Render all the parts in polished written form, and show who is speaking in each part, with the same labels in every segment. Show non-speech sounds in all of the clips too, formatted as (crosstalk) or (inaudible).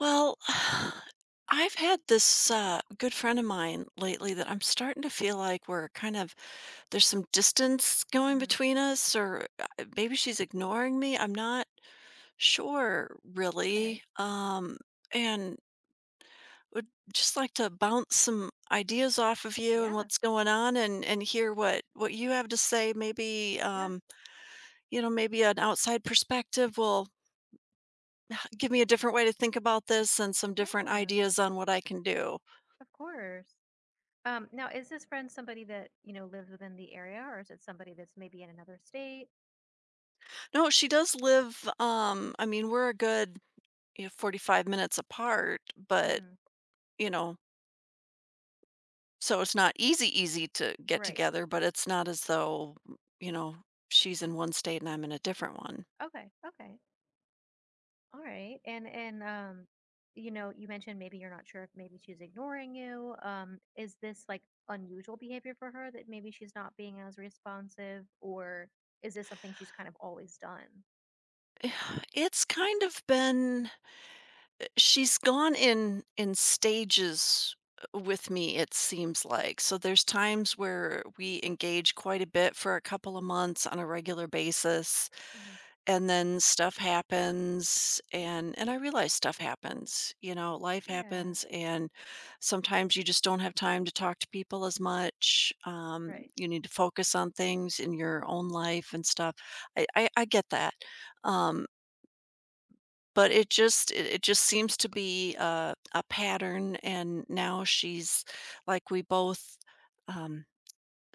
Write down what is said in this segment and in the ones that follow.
Speaker 1: Well, (sighs) I've had this good friend of mine lately that I'm starting to feel like we're kind of there's some distance going
Speaker 2: Mhm.
Speaker 1: between us, or maybe she's ignoring me. I'm not sure
Speaker 2: Okay.
Speaker 1: really, and would just like to bounce some ideas off of you and
Speaker 2: Yeah.
Speaker 1: what's going on, and hear what you have to say. Maybe
Speaker 2: Yeah.
Speaker 1: maybe an outside perspective will give me a different way to think about this and some different
Speaker 2: Yeah.
Speaker 1: ideas on what I can do.
Speaker 2: Of course. Now, is this friend somebody that, you know, lives within the area or is it somebody that's maybe in another state?
Speaker 1: No, she does live, I mean, we're a good, 45 minutes apart, but,
Speaker 2: Hmm.
Speaker 1: you know, so it's not easy to get
Speaker 2: Right.
Speaker 1: together, but it's not as though, you know, she's in one state and I'm in a different one.
Speaker 2: Okay. Okay. All right. And, you know, you mentioned maybe you're not sure if maybe she's ignoring you. Is this like unusual behavior for her that maybe she's not being as responsive or is this something she's kind of always done?
Speaker 1: (sighs) It's kind of been She's gone in stages, with me, it seems like. So there's times where we engage quite a bit for a couple of months on a regular basis,
Speaker 2: Hmm.
Speaker 1: and then stuff happens, and I realize stuff happens, you know, life
Speaker 2: Yeah.
Speaker 1: happens, and sometimes you just don't have time to talk to people as much.
Speaker 2: Right.
Speaker 1: You need to focus on things in your own life and stuff. I get that. Um but it just seems to be a pattern, and now we both, um,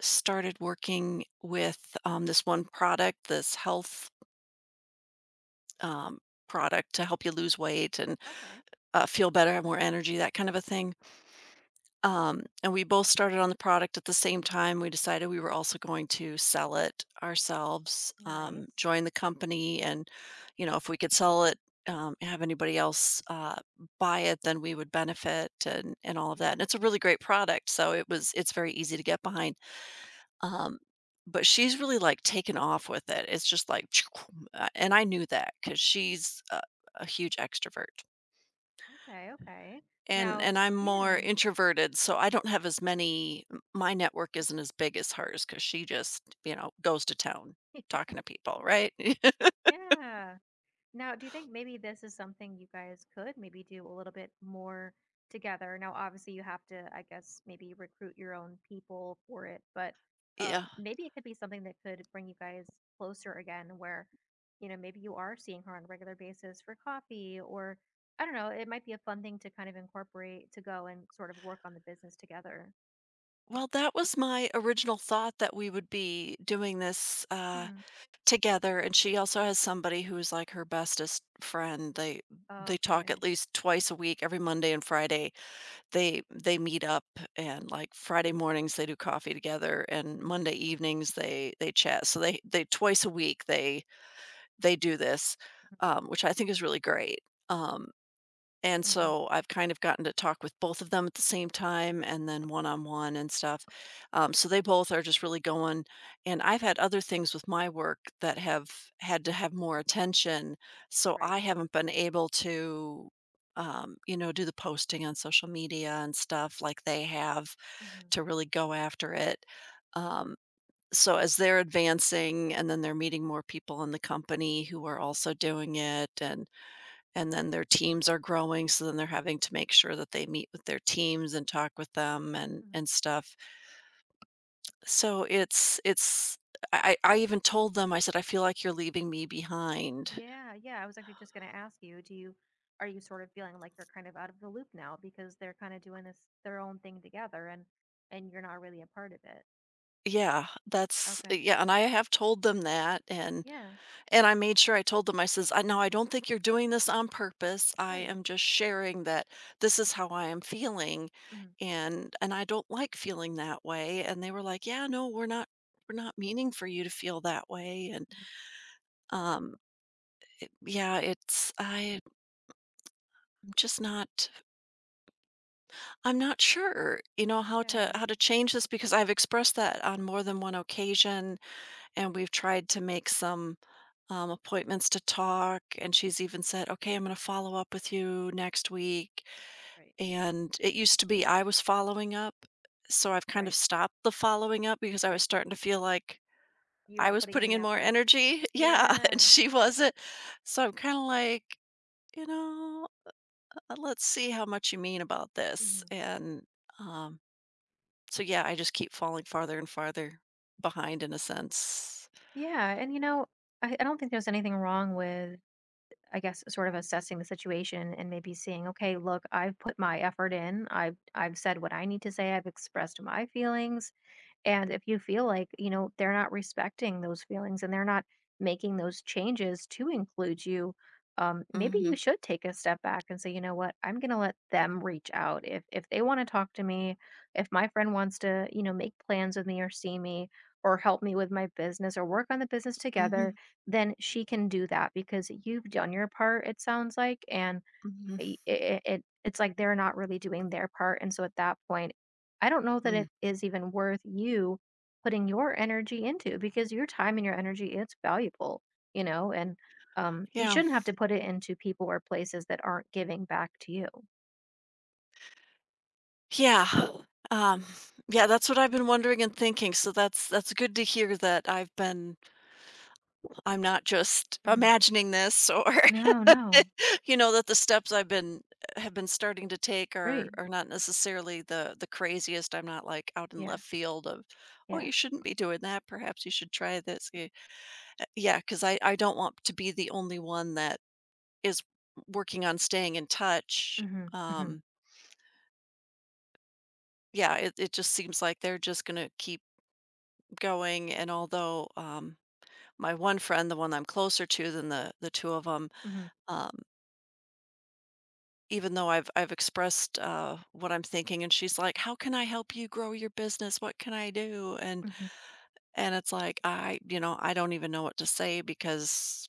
Speaker 1: started working with, this one product, this health, um, product to help you lose weight and,
Speaker 2: Okay.
Speaker 1: feel better, have more energy, that kind of a thing. And we both started on the product at the same time. We decided we were also going to sell it ourselves,
Speaker 2: Nice.
Speaker 1: join the company, and if we could sell it, have anybody else buy it, then we would benefit and all of that.
Speaker 2: Yeah.
Speaker 1: And it's a really great product, so it's very easy to get behind. Um, but she's really, like, taken off with it. It's just like, (sniffs) (tsk) and I knew that because she's a huge extrovert.
Speaker 2: Okay, okay.
Speaker 1: And
Speaker 2: Now,
Speaker 1: and I'm more
Speaker 2: yeah.
Speaker 1: introverted, so I don't have as many m my network isn't as big as hers, because she just, you know, goes to town
Speaker 2: (laughs)
Speaker 1: talking to people, right? (laughs)
Speaker 2: Yeah. Now, do you think maybe this is something you guys could maybe do a little bit more together? Now, obviously you have to, I guess, maybe recruit your own people for it, but
Speaker 1: Yeah.
Speaker 2: maybe it could be something that could bring you guys closer again where, you know, maybe you are seeing her on a regular basis for coffee or I don't know, it might be a fun thing to kind of incorporate to go and sort of work on the business together.
Speaker 1: Well, that was my original thought that we would be doing this,
Speaker 2: Hmm.
Speaker 1: together, and she also has somebody who's, like, her bestest friend. They talk at
Speaker 2: Okay.
Speaker 1: least twice a week, every Monday and Friday. They meet up and, like, Friday mornings, they do coffee together, and
Speaker 2: Hmm.
Speaker 1: Monday evenings, they chat. So they twice a week, they do this, which I think is really great. Um, and
Speaker 2: Hmm.
Speaker 1: so I've kind of gotten to talk with both of them at the same time and then one on one and stuff. So they both are just really going. And I've had other things with my work that have had to have more attention. So I
Speaker 2: Right.
Speaker 1: haven't been able to, you know, do the posting on social media and stuff like they have
Speaker 2: Hmm.
Speaker 1: to really go after it. Um, so as they're advancing and then they're meeting more people in the company who are also doing it and then their teams are growing, so then they're having to make sure that they meet with their teams and talk with them and
Speaker 2: Hmm.
Speaker 1: and stuff. So it's I even told them, I said, "I feel like you're leaving me behind."
Speaker 2: Yeah, yeah. I was actually just going to ask you, do you are you sort of feeling like you're kind of out of the loop now because they're kind of doing this their own thing together and you're not really a part of it?
Speaker 1: Yeah, that's
Speaker 2: Okay.
Speaker 1: yeah, and I have told them that and
Speaker 2: Yeah,
Speaker 1: And I made sure I told them, I says, "I no, I don't think you're doing this on purpose. I
Speaker 2: right.
Speaker 1: am just sharing that this is how I am feeling,
Speaker 2: Hmm.
Speaker 1: and I don't like feeling that way." And they were like, "Yeah, no, we're not meaning for you to feel that way." And um, yeah, it's I- am just not I'm not sure, you know,
Speaker 2: Yeah,
Speaker 1: how to change this because I've expressed that on more than one occasion, and we've tried to make some appointments to talk. And she's even said, okay, I'm going to follow up with you next week.
Speaker 2: right.
Speaker 1: And it used to be I was following up. So I've kind of
Speaker 2: Right.
Speaker 1: stopped the following up because I was
Speaker 2: Right.
Speaker 1: starting to feel like
Speaker 2: You
Speaker 1: I
Speaker 2: were
Speaker 1: was
Speaker 2: putting in
Speaker 1: putting
Speaker 2: the
Speaker 1: in more
Speaker 2: effort.
Speaker 1: energy. (laughs) Yeah. And
Speaker 2: Yeah.
Speaker 1: she wasn't. So I'm kind of like, you know, let's see how much you mean about this.
Speaker 2: Hmm.
Speaker 1: And um, so, yeah, I just keep falling farther and farther behind in a sense.
Speaker 2: Yeah, and you know, I don't think there's anything wrong with I guess sort of assessing the situation and maybe seeing, okay, look, I've put my effort in. I've said what I need to say. I've expressed my feelings. And if you feel like, you know, they're not respecting those feelings and they're not making those changes to include you, maybe you
Speaker 1: Mhm.
Speaker 2: should take a step back and say, you know what, I'm going to let them reach out. If they want to talk to me, if my friend wants to, you know, make plans with me or see me or help me with my business or work on the business together,
Speaker 1: Mhm.
Speaker 2: then she can do that because you've done your part, it sounds like. And
Speaker 1: Mhm.
Speaker 2: i- i- it it's like they're not really doing their part, and so at that point, I don't know that
Speaker 1: Mm.
Speaker 2: it is even worth you putting your energy into because your time and your energy, it's valuable, you know, and you
Speaker 1: Yeah,
Speaker 2: shouldn't have to put it into people or places that aren't giving back to you.
Speaker 1: yeah, um, yeah, that's what I've been wondering and thinking, so that's good to hear that I'm not just
Speaker 2: Hmm.
Speaker 1: imagining this or,
Speaker 2: No,
Speaker 1: (laughs)
Speaker 2: no,
Speaker 1: you know, that the steps I've been have been starting to take
Speaker 2: right,
Speaker 1: are not necessarily the craziest. I'm not, like, out in
Speaker 2: yeah,
Speaker 1: left field of, "Oh,
Speaker 2: yeah,
Speaker 1: you shouldn't be doing that. Perhaps you should try this." Yeah, because I don't want to be the only one that is working on staying in touch.
Speaker 2: mm-hmm, mm-hmm,
Speaker 1: Um, yeah, it just seems like they're just gonna keep going. And although my one friend, the one I'm closer to than the two of them,
Speaker 2: mm-hmm,
Speaker 1: even though I've expressed, what I'm thinking, and she's like, "How can I help you grow your business? What can I do?"
Speaker 2: mm-hmm.
Speaker 1: And it's like, I don't even know what to say because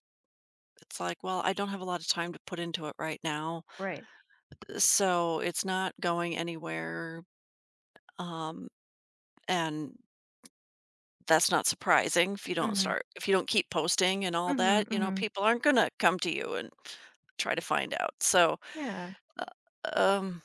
Speaker 1: it's like, well, I don't have a lot of time to put into it right now,
Speaker 2: Right,
Speaker 1: so it's not going anywhere, um, and that's not surprising if you don't
Speaker 2: mm-hmm,
Speaker 1: start if you don't keep posting and all
Speaker 2: mm-hmm,
Speaker 1: that, you know,
Speaker 2: mm-hmm.
Speaker 1: people aren't gonna come to you and try to find out, so,
Speaker 2: Yeah.
Speaker 1: uh, um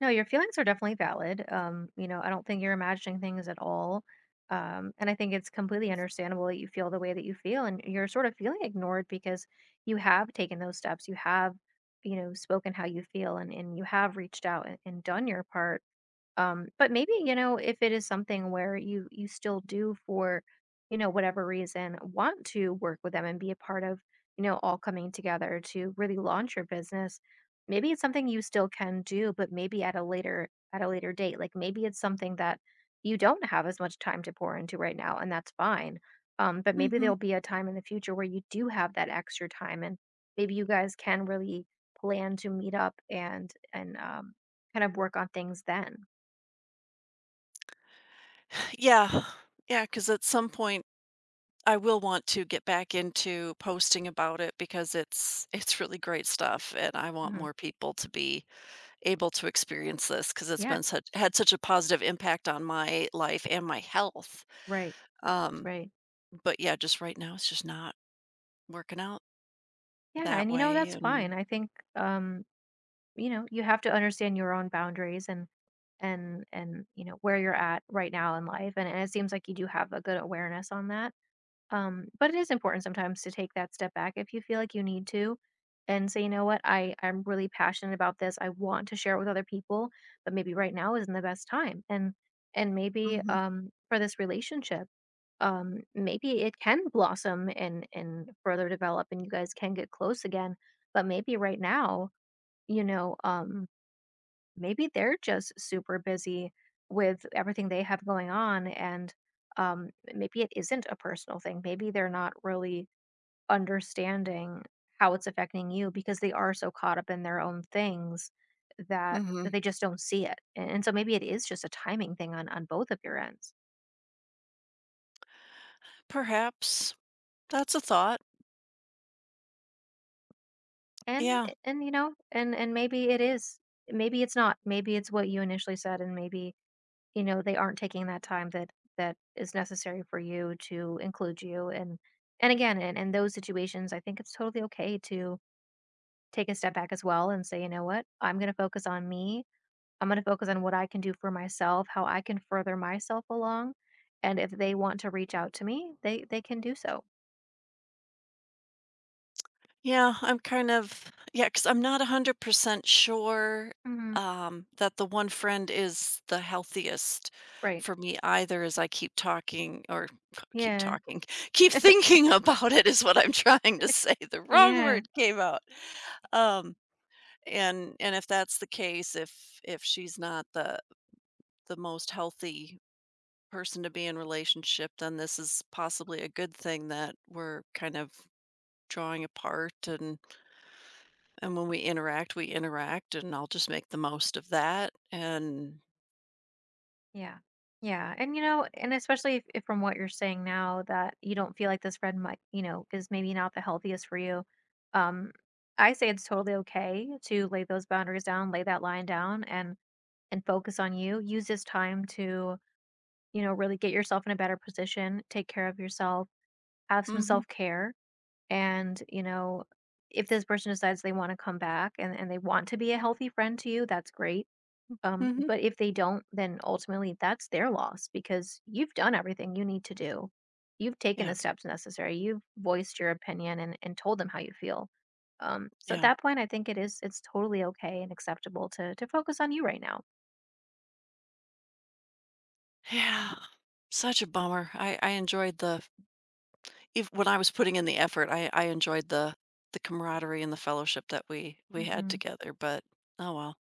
Speaker 2: No, your feelings are definitely valid. You know, I don't think you're imagining things at all. And I think it's completely understandable that you feel the way that you feel and you're sort of feeling ignored because you have taken those steps. You have, you know, spoken how you feel and you have reached out and done your part. But maybe, you know, if it is something where you still do for, you know, whatever reason, want to work with them and be a part of, you know, all coming together to really launch your business, maybe it's something you still can do, but maybe at a later date. Like maybe it's something that you don't have as much time to pour into right now, and that's fine. But maybe
Speaker 1: Mhm.
Speaker 2: there'll be a time in the future where you do have that extra time and maybe you guys can really plan to meet up and kind of work on things then.
Speaker 1: Yeah, yeah, because at some point I will want to get back into posting about it because it's really great stuff and I want
Speaker 2: Hmm.
Speaker 1: more people to be able to experience this because it's
Speaker 2: Yeah,
Speaker 1: been such had such a positive impact on my life and my health.
Speaker 2: right,
Speaker 1: Um,
Speaker 2: right.
Speaker 1: but yeah, just right now it's just not working out
Speaker 2: Yeah,
Speaker 1: that
Speaker 2: and you know
Speaker 1: way
Speaker 2: that's fine.
Speaker 1: and
Speaker 2: I think you know you have to understand your own boundaries and you know where you're at right now in life, and it seems like you do have a good awareness on that. But it is important sometimes to take that step back if you feel like you need to, and say, you know what, I I'm really passionate about this. I want to share it with other people, but maybe right now isn't the best time, and maybe
Speaker 1: Mhm.
Speaker 2: for this relationship maybe it can blossom and further develop and you guys can get close again but maybe right now you know maybe they're just super busy with everything they have going on and um maybe it isn't a personal thing maybe they're not really understanding how it's affecting you because they are so caught up in their own things that
Speaker 1: Mhm.
Speaker 2: they just don't see it. And so maybe it is just a timing thing on both of your ends.
Speaker 1: Perhaps. That's a thought.
Speaker 2: And
Speaker 1: Yeah.
Speaker 2: and you know, and maybe it is. Maybe it's not. Maybe it's what you initially said and maybe you know, they aren't taking that time that is necessary for you to include you and again, in those situations, I think it's totally okay to take a step back as well and say, you know what, I'm going to focus on me. I'm going to focus on what I can do for myself, how I can further myself along, and if they want to reach out to me, they can do so.
Speaker 1: Yeah, I'm kind of yeah, because 'cause I'm not 100% sure,
Speaker 2: Hmm.
Speaker 1: that the one friend is the healthiest
Speaker 2: Right.
Speaker 1: for me either as I keep talking or (laughs) keep
Speaker 2: Yeah.
Speaker 1: talking, keep thinking about it is what I'm trying to say. The wrong
Speaker 2: Yeah.
Speaker 1: word came out. Um, and if that's the case, if she's not the the most healthy person to be in relationship, then this is possibly a good thing that we're kind of drawing apart and when we interact, and I'll just make the most of that. And
Speaker 2: Yeah. Yeah. And you know, and especially if from what you're saying now that you don't feel like this red might, you know, is maybe not the healthiest for you. Um, I say it's totally okay to lay those boundaries down, lay that line down and focus on you. Use this time to, you know, really get yourself in a better position, take care of yourself, have some
Speaker 1: mhm,
Speaker 2: self-care. And, you know, if this person decides they want to come back and they want to be a healthy friend to you, that's great
Speaker 1: mhm,
Speaker 2: but if they don't, then ultimately that's their loss because you've done everything you need to do. You've taken the
Speaker 1: yeah,
Speaker 2: steps necessary. You've voiced your opinion and told them how you feel. So at
Speaker 1: yeah,
Speaker 2: that point, I think it is it's totally okay and acceptable to focus on you right now.
Speaker 1: yeah. Such a bummer. I enjoyed the if when I was putting in the effort, I enjoyed the camaraderie and the fellowship that we had
Speaker 2: Hmm.
Speaker 1: together. But oh well,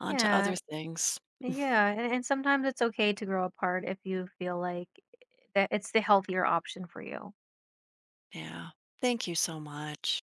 Speaker 1: on to other
Speaker 2: Yeah,
Speaker 1: things.
Speaker 2: yeah, and sometimes it's okay to grow apart if you feel like that it's the healthier option for you.
Speaker 1: Yeah. Thank you so much.